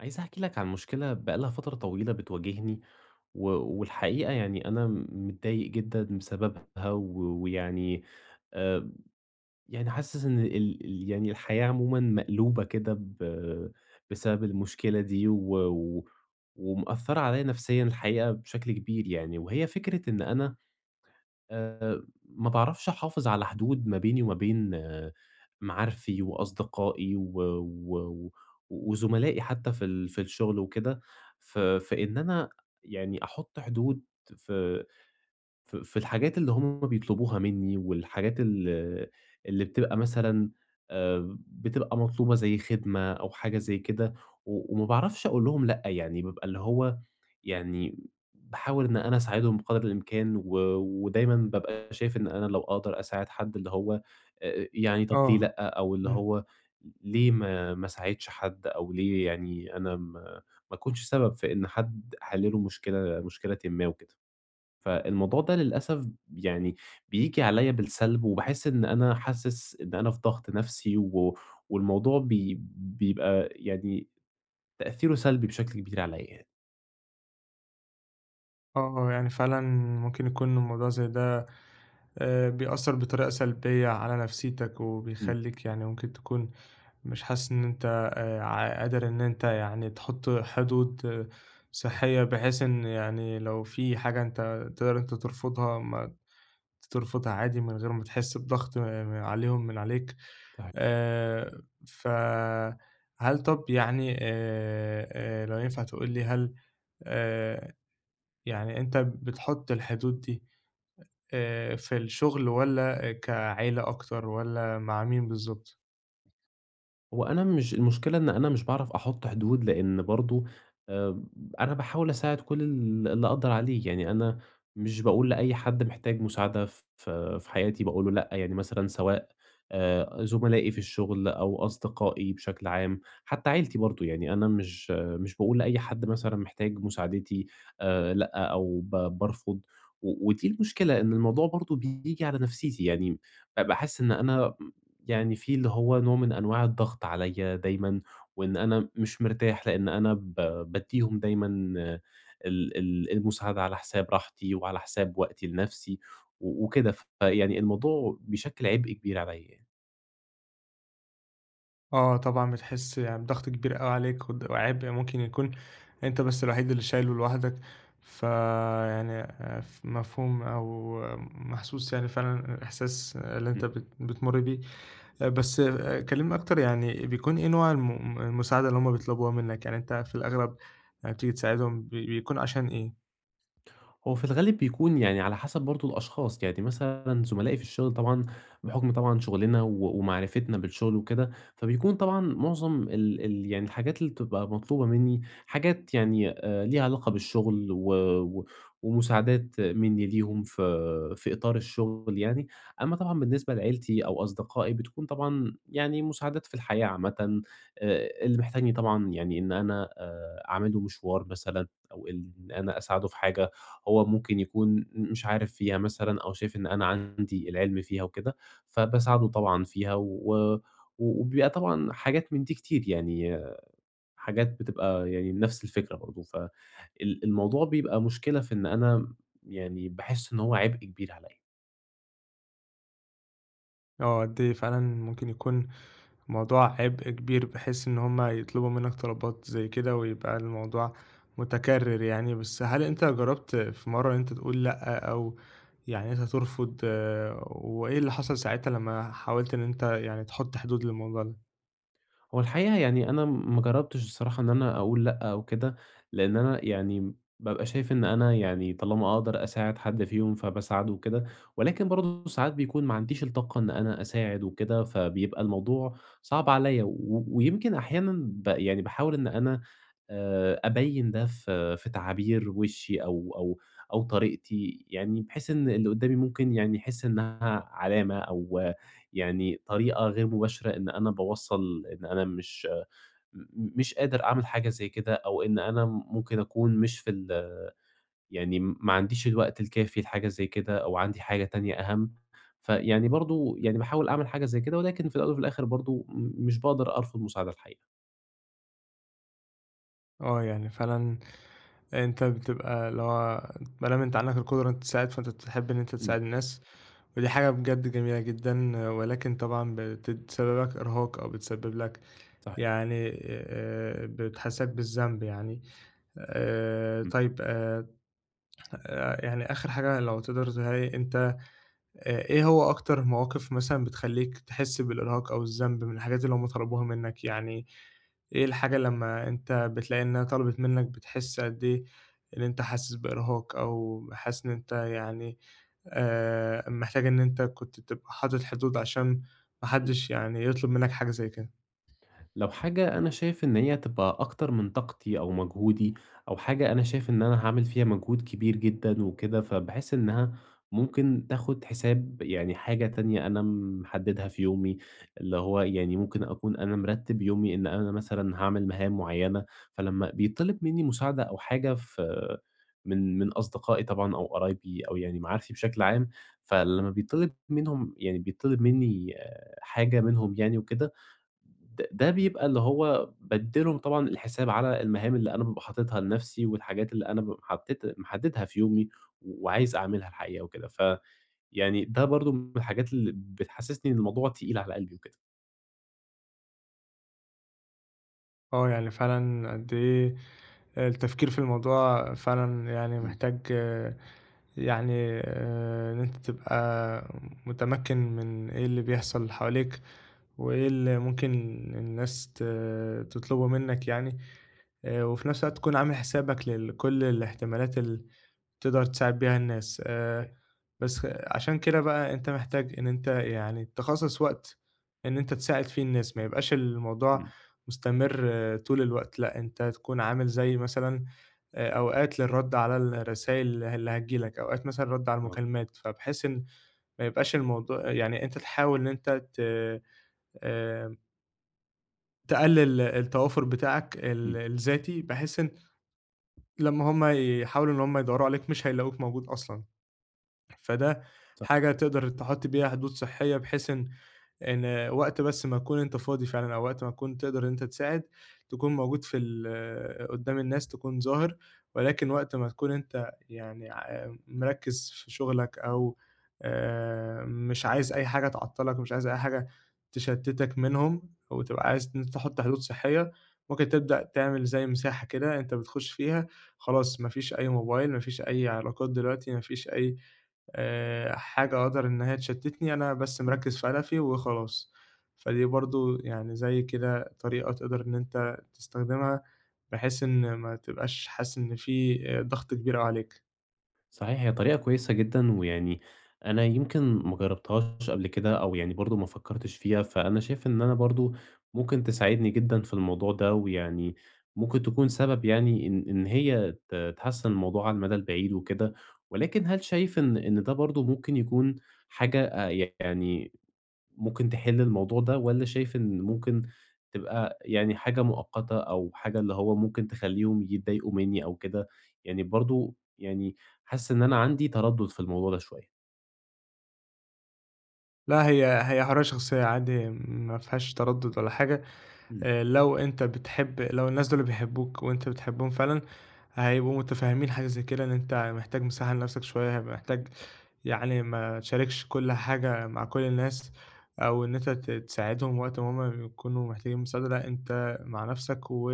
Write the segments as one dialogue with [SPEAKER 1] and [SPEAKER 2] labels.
[SPEAKER 1] عايز أحكي لك عن مشكلة بقى لها فترة طويلة بتواجهني، و والحقيقة يعني أنا متضايق جدًا بسببها، و ويعني آآ، يعني حاسس إن ال يعني الحياة عمومًا مقلوبة كده بسبب المشكلة دي، و و ومأثرة عليَّ نفسيًا الحقيقة بشكل كبير يعني، وهي فكرة إن أنا ما باعرفش أحافظ على حدود ما بيني وما بين معارفي وأصدقائي و و و- وزملائي حتى في الشغل وكده، فإن أنا يعني أحُط حدود في في الحاجات اللي هم بيطلبوها منّي والحاجات اللي بتبقى مثلًا بتبقى مطلوبة زي خدمة أو حاجة زي كده، و وما باعرفش أقول لهم لأ، يعني بابقى اللي هو يعني باحاول إن أنا أساعدهم بقدر الإمكان، و ودايمًا بابقى شايف إن أنا لو أقدر أساعد حد اللي هو يعني طَب ليه
[SPEAKER 2] آه،
[SPEAKER 1] لأ، أو اللي
[SPEAKER 2] إمم،
[SPEAKER 1] هو ليه ما أساعدش حد أو ليه يعني أنا ما أكونش سبب في إن حد أحل له مشكلة مشكلةً ما وكده. فالموضوع ده للأسف يعني بييجي عليّا بالسلب، وباحس إن أنا حاسس إن أنا في ضغط نفسي، و والموضوع بيبقى يعني تأثيره سلبي بشكل كبير عليّا يعني.
[SPEAKER 2] آه، آه، يعني فعلًا ممكن يكون الموضوع زي ده بيأثّر بطريقة سلبية على نفسيتك،
[SPEAKER 1] إمم.
[SPEAKER 2] وبيخلّيك يعني ممكن تكون مش حاسس إن أنت ع قادر إن أنت يعني تحط حدود
[SPEAKER 1] آه،
[SPEAKER 2] صحية، بحيث إن يعني لو في حاجة أنت تقدر ترفضها عادي من غير ما تحس بضغط عليهم من عليك.
[SPEAKER 1] ده حقيقي.
[SPEAKER 2] آآ، فهل طَب يعني لو ينفع تقول لي هل آآ يعني أنت بتحُط الحدود دي في الشغل والّا كعيلة أكتر والّا مع مين بالضبط؟
[SPEAKER 1] هو أنا مش المشكلة إن أنا مش باعرف أحُط حدود، لإن برضه آآ أنا باحاول أساعد كل اللي أقدر عليه، يعني أنا مش باقول لأي حد محتاج مساعدة ف في حياتي باقول له لأ، يعني مثلًا سواء زملائي في الشغل أو أصدقائي بشكل عام، حتى عيلتي برضه، يعني أنا مش باقول لأي حد مثلًا محتاج مساعدتي لأ، أو بارفض، و ودي المشكلة إن الموضوع برضه بييجي على نفسيتي، يعني باحس إن أنا يعني في اللي هو نوع من أنواع الضغط عليّا دايمًا، وإن أنا مش مرتاح لإن أنا بادّيهم دايمًا ال المساعدة على حساب راحتي وعلى حساب وقتي لنَفْسي و وكده، فيعني الموضوع بيشكِّل عبء كبير عليّا يعني.
[SPEAKER 2] آه، طبعًا بتحس يعني بضغط كبير أوي عليك ود وعبء ممكن يكون أنت بس الوحيد اللي شايله لوحدك، فيعني ف مفهوم أو محسوس يعني فعلًا الإحساس اللي
[SPEAKER 1] إمم.
[SPEAKER 2] أنت بتمُر بيه. بس كلّمني أكتر يعني بيكون إيه نوع المساعدة اللي هُم بيطلبوها منّك؟ يعني أنت في الأغلب لمّا بتيجي تساعدهم بيكون عشان إيه؟
[SPEAKER 1] هو في الغالب بيكون يعني على حسب برضه الأشخاص، يعني مثلًا زملائي في الشغل طبعًا بحُكم طبعًا شُغلنا و ومعرفتنا بالشغل وكده، فبيكون طبعًا معظم ال يعني الحاجات اللي بتبقى مطلوبة منّي حاجات يعني ليها علاقة بالشغل و و ومساعدات منّي ليهم في إطار الشغل يعني، أمّا طبعًا بالنسبة لعيلتي أو أصدقائي بتكون طبعًا يعني مساعدات في الحياة عامةً، اللي محتاجني طبعًا يعني إن أنا أعمل له مشوار مثلًا أو إن أنا أساعده في حاجة هو ممكن يكون مش عارف فيها مثلًا أو شايف إن أنا عندي العلم فيها وكده، فباساعده طبعًا فيها و وبيبقى طبعًا حاجات من دي كتير، يعني حاجات بتبقى يعني نفس الفكرة برضه، الموضوع بيبقى مشكلة في إن أنا يعني باحس إن هو عبء كبير عليّا.
[SPEAKER 2] آه، قد إيه فعلًا ممكن يكون الموضوع عبء كبير بحيث إن هم يطلبوا منك طلبات زي كده ويبقى الموضوع متكرر يعني، بس هل أنت جرّبت في مرّة إن أنت تقول لأ أو يعني أنت ترفض وإيه اللي حصل ساعتها لمّا حاولت إن أنت يعني تحُط حدود للموضوع ده؟
[SPEAKER 1] هو الحقيقة يعني أنا ما جرّبتش الصراحة إن أنا أقول لأ أو كده، لإن أنا يعني بابقى شايف إن أنا يعني طالما أقدر أساعد حد فيهم فباساعده وكده، ولكن برضه ساعات بيكون ما عنديش الطاقة إن أنا أساعد وكده، فبيبقى الموضوع صعب عليّا، و ويمكن أحيانًا يعني باحاول إن أنا أبيّن ده في تعابير وشّي أو طريقتي، يعني بحيث إن اللي قدّامي ممكن يعني يحس إنها علامة أو يعني طريقة غير مباشرة إن أنا باوصّل إن أنا م مش قادر أعمل حاجة زي كده، أو إن أنا ممكن أكون مش في ال يعني ما عنديش الوقت الكافي لحاجة زي كده، أو عندي حاجة تانية أهم، فيعني برضه يعني باحاول أعمل حاجة زي كده، ولكن في الأول وفي الآخر برضه مش باقدر أرفض مساعدة الحقيقة.
[SPEAKER 2] آه، يعني فعلًا أنت بتبقى اللي هو ما دام أنت عندك القدرة إن أنت تساعد، فأنت بتحب إن أنت
[SPEAKER 1] إمم.
[SPEAKER 2] تساعد الناس ودي حاجة بجد جميلة جدًا، آه، ولكن طبعًا بتسبب لك إرهاق أو بتسبب لك
[SPEAKER 1] صحيح.
[SPEAKER 2] يعني بتحسّسك بالذنب يعني.
[SPEAKER 1] إمم.
[SPEAKER 2] طيب يعني آخر حاجة لو تقدر تقولها لي أنت إيه هو أكتر مواقف مثلًا بتخلّيك تحس بالإرهاق أو الذنب من الحاجات اللي هُم طلبوها منّك؟ يعني إيه الحاجة لمّا أنت بتلاقي إنّها طلبِت منّك بتحس قد إيه إن أنت حاسس بإرهاق أو حاسس إن أنت يعني محتاج إن أنت كنت تبقى حاطط حدود عشان ما
[SPEAKER 1] إمم.
[SPEAKER 2] حدّش يعني يطلب منّك حاجة زي كده؟
[SPEAKER 1] لو حاجة أنا شايف إن هي تبقى أكتر من طاقتي أو مجهودي أو حاجة أنا شايف إن أنا هاعمل فيها مجهود كبير جدًا وكده، فباحس إنها ممكن تاخد حساب يعني حاجة تانية أنا محددها في يومي، اللي هو يعني ممكن أكون أنا مرتب يومي إن أنا مثلًا هاعمل مهام معينة، فلما بيطلب مني مساعدة أو حاجة في من من أصدقائي طبعًا أو قرايبي أو يعني معارفي بشكل عام، فلما بيطلب منهم يعني بيطلب مني حاجة منهم يعني وكده، ده بيبقى اللي هو بادّيلهم طبعًا الحساب على المهام اللي أنا بابقى حاططها لنَفْسي والحاجات اللي أنا بابقى محددها في يومي وعايز أعملها الحقيقة وكده، فيعني ده برضه من الحاجات اللي بتحسّسني إن الموضوع تقيل على قلبي وكده.
[SPEAKER 2] آه، يعني فعلًا قد إيه التفكير في الموضوع فعلًا يعني
[SPEAKER 1] إمم.
[SPEAKER 2] محتاج يعني إن أنت تبقى متمكن من إيه اللي بيحصل حواليك، وإيه اللي ممكن الناس تطلبه منك يعني، وفي نفس الوقت تكون عامل حسابك كل الاحتمالات تقدر تساعد بيها الناس.
[SPEAKER 1] صحيح.
[SPEAKER 2] بس خ- عشان كده بقى أنت محتاج إن أنت يعني تخصص وقت إن أنت تساعد فيه الناس، ما يبقاش الموضوع
[SPEAKER 1] إمم.
[SPEAKER 2] مستمر طول الوقت، لأ أنت تكون عامل زي مثلًا أوقات للرد على الرسايل اللي هتيجي لك، أوقات مثلًا رد على
[SPEAKER 1] آه.
[SPEAKER 2] المكالمات، فبحيث إن ما يبقاش الموضوع يعني أنت تحاول إن أنت ت آآ، تقلل التوافر بتاعك ال
[SPEAKER 1] إمم.
[SPEAKER 2] الذاتي، بحيث إن لمّا هُم يحاولوا إن هُم يدوروا عليك مش هيلاقوك موجود أصلًا. فده
[SPEAKER 1] صح.
[SPEAKER 2] حاجة تقدر تحط بيها حدود صحية، بحيث إن إن وقت بس ما تكون أنت فاضي فعلًا، أو وقت ما تكون تقدر إن أنت تساعد، تكون موجود في ال آه، قدّام الناس تكون ظاهر، ولكن وقت ما تكون أنت يعني ع آه، مركّز في شغلك أو مش عايز أي حاجة تعطّلك، مش عايز أي حاجة تشتتك منهم، وتبقى عايز إن أنت تحط حدود صحية، ممكن تبدأ تعمل زي مساحة كده أنت بتخش فيها خلاص ما فيش أي موبايل، ما فيش أي علاقات دلوقتي، ما فيش أي حاجة أقدر إن هي تشتتني، أنا بس
[SPEAKER 1] إمم.
[SPEAKER 2] مركّز في هدفي وخلاص. فدي برضه يعني زي كده طريقة تقدر إن أنت تستخدمها، بحيث إن ما تبقاش حاسس إن في ضغط كبير أوي عليك.
[SPEAKER 1] صحيح، هي طريقة كويسة جدًا، ويعني أنا يمكن ما جرّبتهاش قبل كده أو يعني برضه ما فكّرتش فيها، فأنا شايف إن أنا برضه ممكن تساعدني جدًا في الموضوع ده، ويعني ممكن تكون سبب يعني إن إن هي تحسّن الموضوع على المدى البعيد وكده، ولكن هل شايف إن ده برضه ممكن يكون حاجة يعني ممكن تحل الموضوع ده، والّا شايف إن ممكن تبقى يعني حاجة مؤقتة أو حاجة اللي هو ممكن تخلّيهم يتضايقوا منّي أو كده؟ يعني برضه يعني حاسس إن أنا عندي تردُّد في الموضوع ده شوية.
[SPEAKER 2] لا هي حرية شخصية عادي ما فيهاش تردد ولا حاجة.
[SPEAKER 1] إمم.
[SPEAKER 2] لو أنت بتحب لو الناس دول بيحبوك وأنت بتحبهم فعلًا، هيبقوا متفهمين حاجة زي كده، إن أنت محتاج مساحة لنفسك شوية، هيبقى محتاج يعني ما تشاركش كل حاجة مع كل الناس، أو إن أنت تساعدهم وقت ما هُم بيكونوا محتاجين مساعدة، لأ أنت مع نفسك و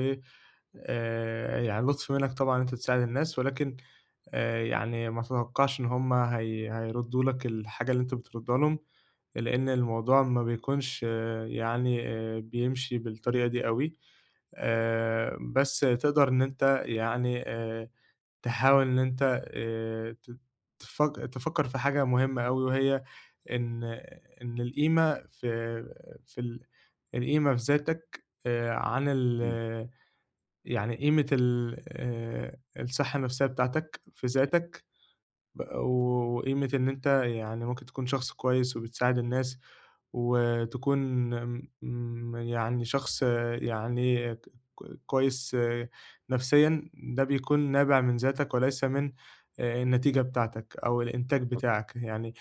[SPEAKER 2] آآ يعني لطف منك طبعًا إن أنت تساعد الناس، ولكن يعني ما تتوقعش إن هُم هيردّوا لك الحاجة اللي أنت بتردّها لهم، لإن الموضوع ما بيكونش يعني بيمشي بالطريقة دي أوي. بس تقدر إن أنت يعني تحاول إن أنت ت تفك تفكّر في حاجة مهمة أوي وهي إن إن القيمة في في ال القيمة في ذاتك عن ال
[SPEAKER 1] إمم.
[SPEAKER 2] يعني قيمة ال الصحّة النفسيّة بتاعتك في ذاتك وقيمة إن أنت يعني ممكن تكون شخص كويس وبتساعد الناس، وتكون يعني شخص يعني كويس نفسيًا، ده بيكون نابع من ذاتك وليس من النتيجة بتاعتك أو الإنتاج بتاعك، يعني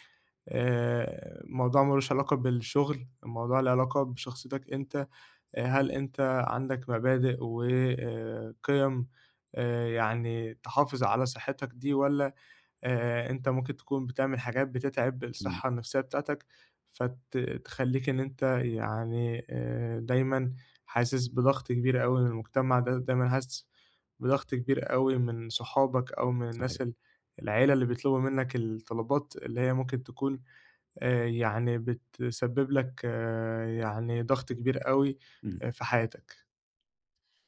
[SPEAKER 2] الموضوع ما لوش علاقة بالشغل، الموضوع له علاقة بشخصيتك أنت، آه، هل أنت عندك مبادئ وقِيَم يعني تحافظ على صحتك دي والّا أنت ممكن تكون بتعمل حاجات بتتعب
[SPEAKER 1] إمم.
[SPEAKER 2] الصحة النفسية بتاعتك، فت تخلّيك إن أنت يعني دايمًا حاسس بضغط كبير أوي من المجتمع ده، دايمًا حاسس بضغط كبير أوي من صحابك أو من
[SPEAKER 1] صحيح.
[SPEAKER 2] الناس العيلة اللي بيطلبوا منّك الطلبات اللي هي ممكن تكون يعني بتسبب لك يعني ضغط كبير أوي
[SPEAKER 1] إمم.
[SPEAKER 2] في حياتك.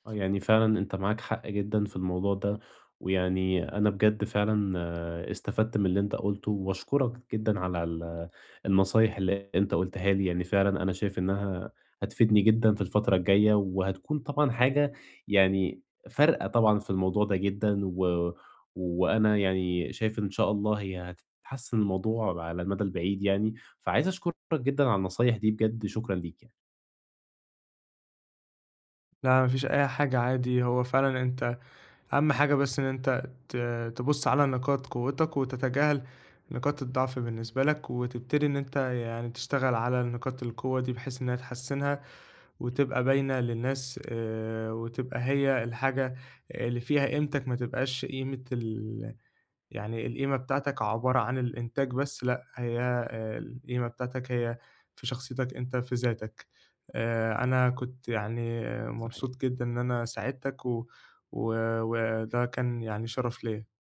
[SPEAKER 1] آه، يعني فعلًا أنت معاك حق جدًا في الموضوع ده، ويعني أنا بجد فعلًا استفدت من اللي أنت قُلته، وأشكرك جدًا على النصايح اللي أنت قُلتها لي، يعني فعلًا أنا شايف إنها هتفيدني جدًا في الفترة الجاية، وهتكون طبعًا حاجة يعني فارقة طبعًا في الموضوع ده جدًا، و وأنا يعني شايف إن شاء الله هي هتحسّن الموضوع على المدى البعيد يعني، فعايز أشكرك جدًا على النصايح دي بجد، شكرًا ليك يعني.
[SPEAKER 2] لا ما فيش أي حاجة عادي، هو فعلًا أنت أهم حاجة بس إن أنت تبُص على نقاط قوتك وتتجاهل نقاط الضعف بالنسبة لك، وتبتدي إن أنت يعني تشتغل على نقاط القوة دي بحيث إنها تحسّنها وتبقى باينة للناس وتبقى هي الحاجة اللي فيها قيمتك ما تبقاش قيمة ال يعني القيمة بتاعتك عبارة عن الإنتاج بس لأ، هي القيمة بتاعتك هي في شخصيتك أنت، في ذاتك. أنا كنت يعني
[SPEAKER 1] صحيح.
[SPEAKER 2] مبسوط جدًا إن أنا ساعدتك و و وده كان يعني شرف ليّا.